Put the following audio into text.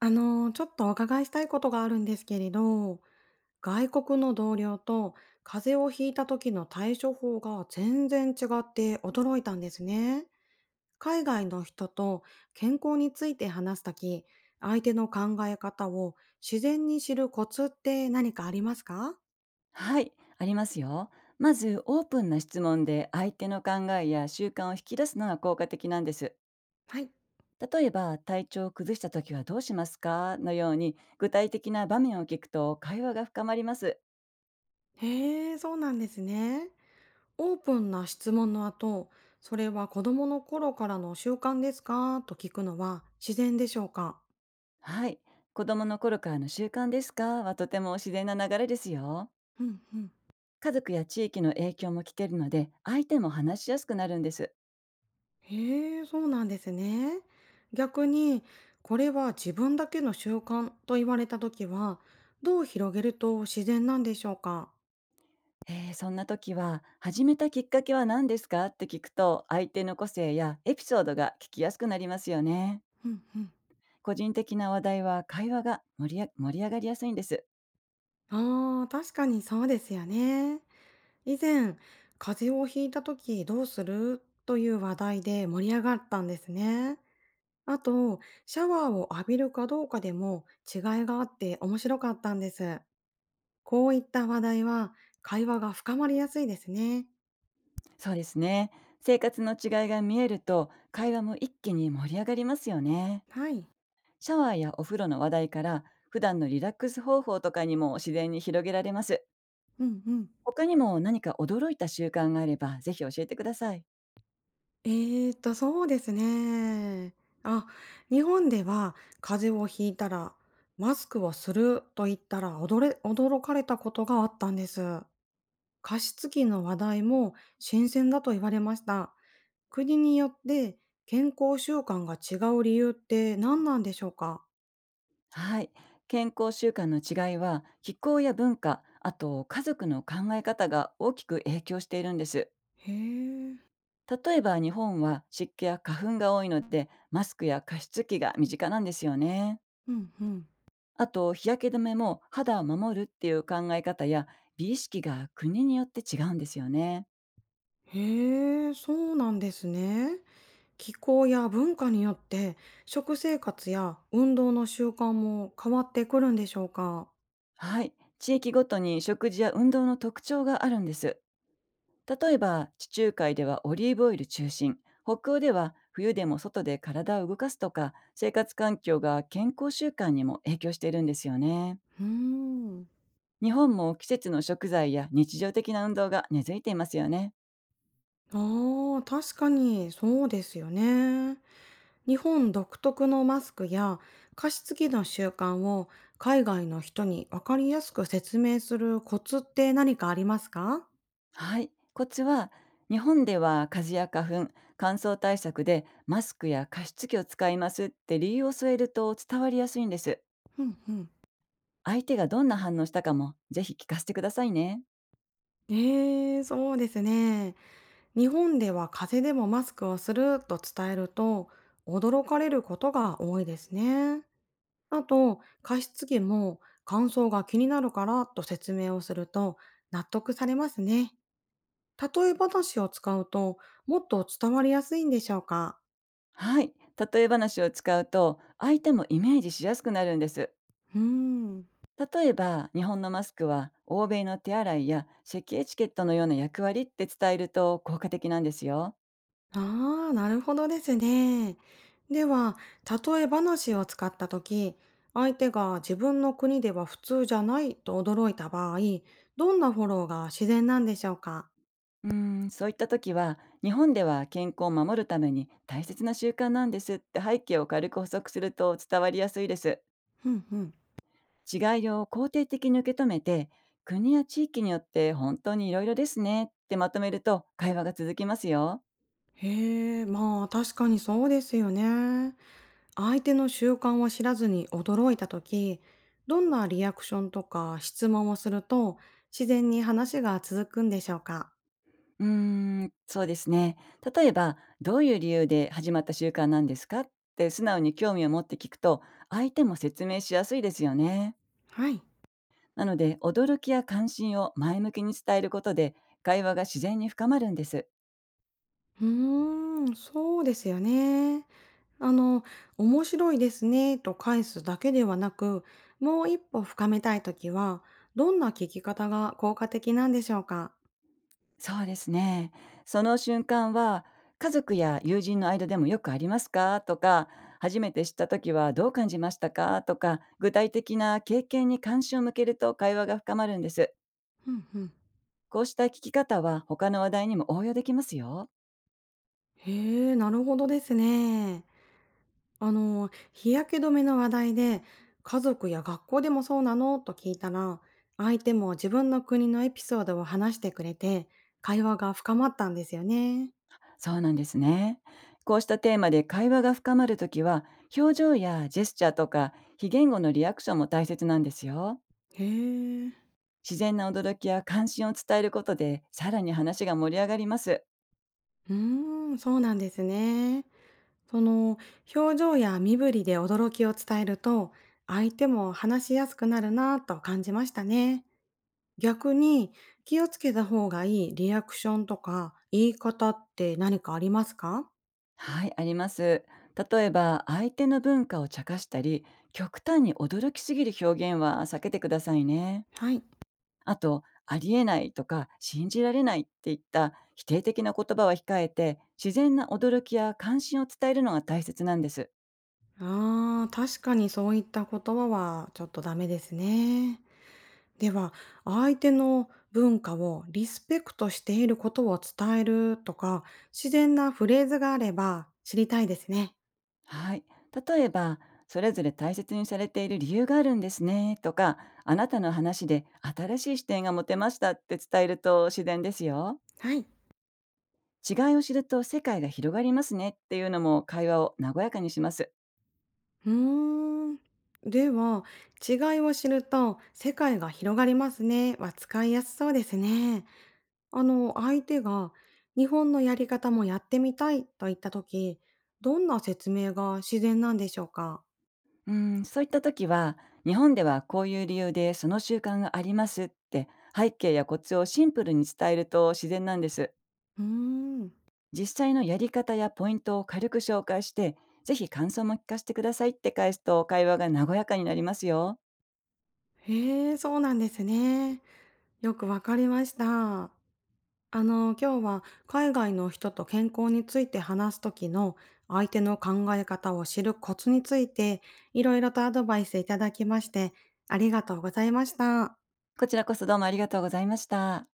ちょっとお伺いしたいことがあるんですけれど、外国の同僚と風邪をひいた時の対処法が全然違って驚いたんですね。海外の人と健康について話す時相手の考え方を自然に知るコツって何かありますか？はい、ありますよ。まず、オープンな質問で相手の考えや習慣を引き出すのが効果的なんです。はい。例えば、体調を崩した時はどうしますかのように、具体的な場面を聞くと会話が深まります。へえ、そうなんですね。オープンな質問の後、それは子供の頃からの習慣ですかと聞くのは自然でしょうか？はい、子供の頃からの習慣ですかはとても自然な流れですよ。うんうん。家族や地域の影響も来ているので、相手も話しやすくなるんです。へえ、そうなんですね。逆に、これは自分だけの習慣と言われたときは、どう広げると自然なんでしょうか？そんな時は、始めたきっかけは何ですかって聞くと、相手の個性やエピソードが聞きやすくなりますよね。うんうん。個人的な話題は会話が盛り上がりやすいんです。ああ、確かにそうですよね。以前、風邪をひいたときどうするという話題で盛り上がったんですね。あと、シャワーを浴びるかどうかでも違いがあって面白かったんです。こういった話題は会話が深まりやすいですね。そうですね。生活の違いが見えると会話も一気に盛り上がりますよね。はい。シャワーやお風呂の話題から、普段のリラックス方法とかにも自然に広げられます。うんうん。他にも何か驚いた習慣があればぜひ教えてください。そうですね。あ、日本では風邪をひいたら、マスクをすると言ったら、驚かれたことがあったんです。加湿器の話題も新鮮だと言われました。国によって健康習慣が違う理由って何なんでしょうか？はい。健康習慣の違いは、気候や文化、あと家族の考え方が大きく影響しているんです。へえ。例えば、日本は湿気や花粉が多いので、マスクや加湿器が身近なんですよね。うんうん。あと、日焼け止めも肌を守るっていう考え方や美意識が国によって違うんですよね。へえ、そうなんですね。気候や文化によって食生活や運動の習慣も変わってくるんでしょうか？はい。地域ごとに食事や運動の特徴があるんです。例えば、地中海ではオリーブオイル中心、北欧では冬でも外で体を動かすとか、生活環境が健康習慣にも影響しているんですよね。うーん。日本も季節の食材や日常的な運動が根付いていますよね。ああ、確かにそうですよね。日本独特のマスクや加湿器の習慣を海外の人に分かりやすく説明するコツって何かありますか？はい。コツは、日本では風や花粉、乾燥対策でマスクや加湿器を使いますって理由を添えると伝わりやすいんです。うんうん。相手がどんな反応したかも、ぜひ聞かせてくださいね。ええ、そうですね。日本では風邪でもマスクをすると伝えると驚かれることが多いですね。あと、加湿器も乾燥が気になるからと説明をすると納得されますね。例え話を使うともっと伝わりやすいんでしょうか？はい。例え話を使うと、相手もイメージしやすくなるんです。うーん。例えば、日本のマスクは欧米の手洗いや咳エチケットのような役割って伝えると効果的なんですよ。ああ、なるほどですね。では、例え話を使ったとき、相手が自分の国では普通じゃないと驚いた場合、どんなフォローが自然なんでしょうか？うーん、そういった時は、日本では健康を守るために大切な習慣なんですって背景を軽く補足すると伝わりやすいです。うんうん。違いを肯定的に受け止めて、国や地域によって本当にいろいろですねってまとめると、会話が続きますよ。へえ、まあ確かにそうですよね。相手の習慣を知らずに驚いた時どんなリアクションとか質問をすると自然に話が続くんでしょうか？うーん、そうですね。例えば、どういう理由で始まった習慣なんですかって素直に興味を持って聞くと、相手も説明しやすいですよね。はい。なので、驚きや関心を前向きに伝えることで、会話が自然に深まるんです。うーん、そうですよね。あの、面白いですねと返すだけではなく、もう一歩深めたいときは、どんな聞き方が効果的なんでしょうか？そうですね。その瞬間は、家族や友人の間でもよくありますかとか、初めて知った時はどう感じましたかとか、具体的な経験に関心を向けると会話が深まるんです。うんうん。こうした聞き方は他の話題にも応用できますよ。へえ、なるほどですね。日焼け止めの話題で、家族や学校でもそうなのと聞いたら、相手も自分の国のエピソードを話してくれて、会話が深まったんですよね。そうなんですね。こうしたテーマで会話が深まるときは、表情やジェスチャーとか非言語のリアクションも大切なんですよ。へえ。自然な驚きや関心を伝えることで、さらに話が盛り上がります。うーん、そうなんですね。その、表情や身振りで驚きを伝えると、相手も話しやすくなるなぁと感じましたね。逆に、気をつけた方がいいリアクションとか言い方って何かありますか？はい、あります。例えば、相手の文化を茶化したり、極端に驚きすぎる表現は避けてくださいね。はい。あと、ありえないとか信じられないっていった否定的な言葉は控えて、自然な驚きや関心を伝えるのが大切なんです。ああ、確かにそういった言葉はちょっとダメですね。では、相手の文化をリスペクトしていることを伝えるとか、自然なフレーズがあれば知りたいですね。はい。例えば、それぞれ大切にされている理由があるんですねとか、あなたの話で新しい視点が持てましたって伝えると自然ですよ。はい。違いを知ると世界が広がりますねっていうのも、会話を和やかにします。うーん。では、違いを知ると世界が広がりますねは使いやすそうですね。相手が日本のやり方もやってみたいと言ったとき、どんな説明が自然なんでしょうか？うん、そういった時は、日本ではこういう理由でその習慣がありますって背景やコツをシンプルに伝えると自然なんです。うーん。実際のやり方やポイントを軽く紹介して、ぜひ感想も聞かせてくださいって返すと、会話が和やかになりますよ。へえ、そうなんですね。よくわかりました。今日は海外の人と健康について話す時の相手の考え方を知るコツについていろいろとアドバイスいただきましてありがとうございました。こちらこそ、どうもありがとうございました。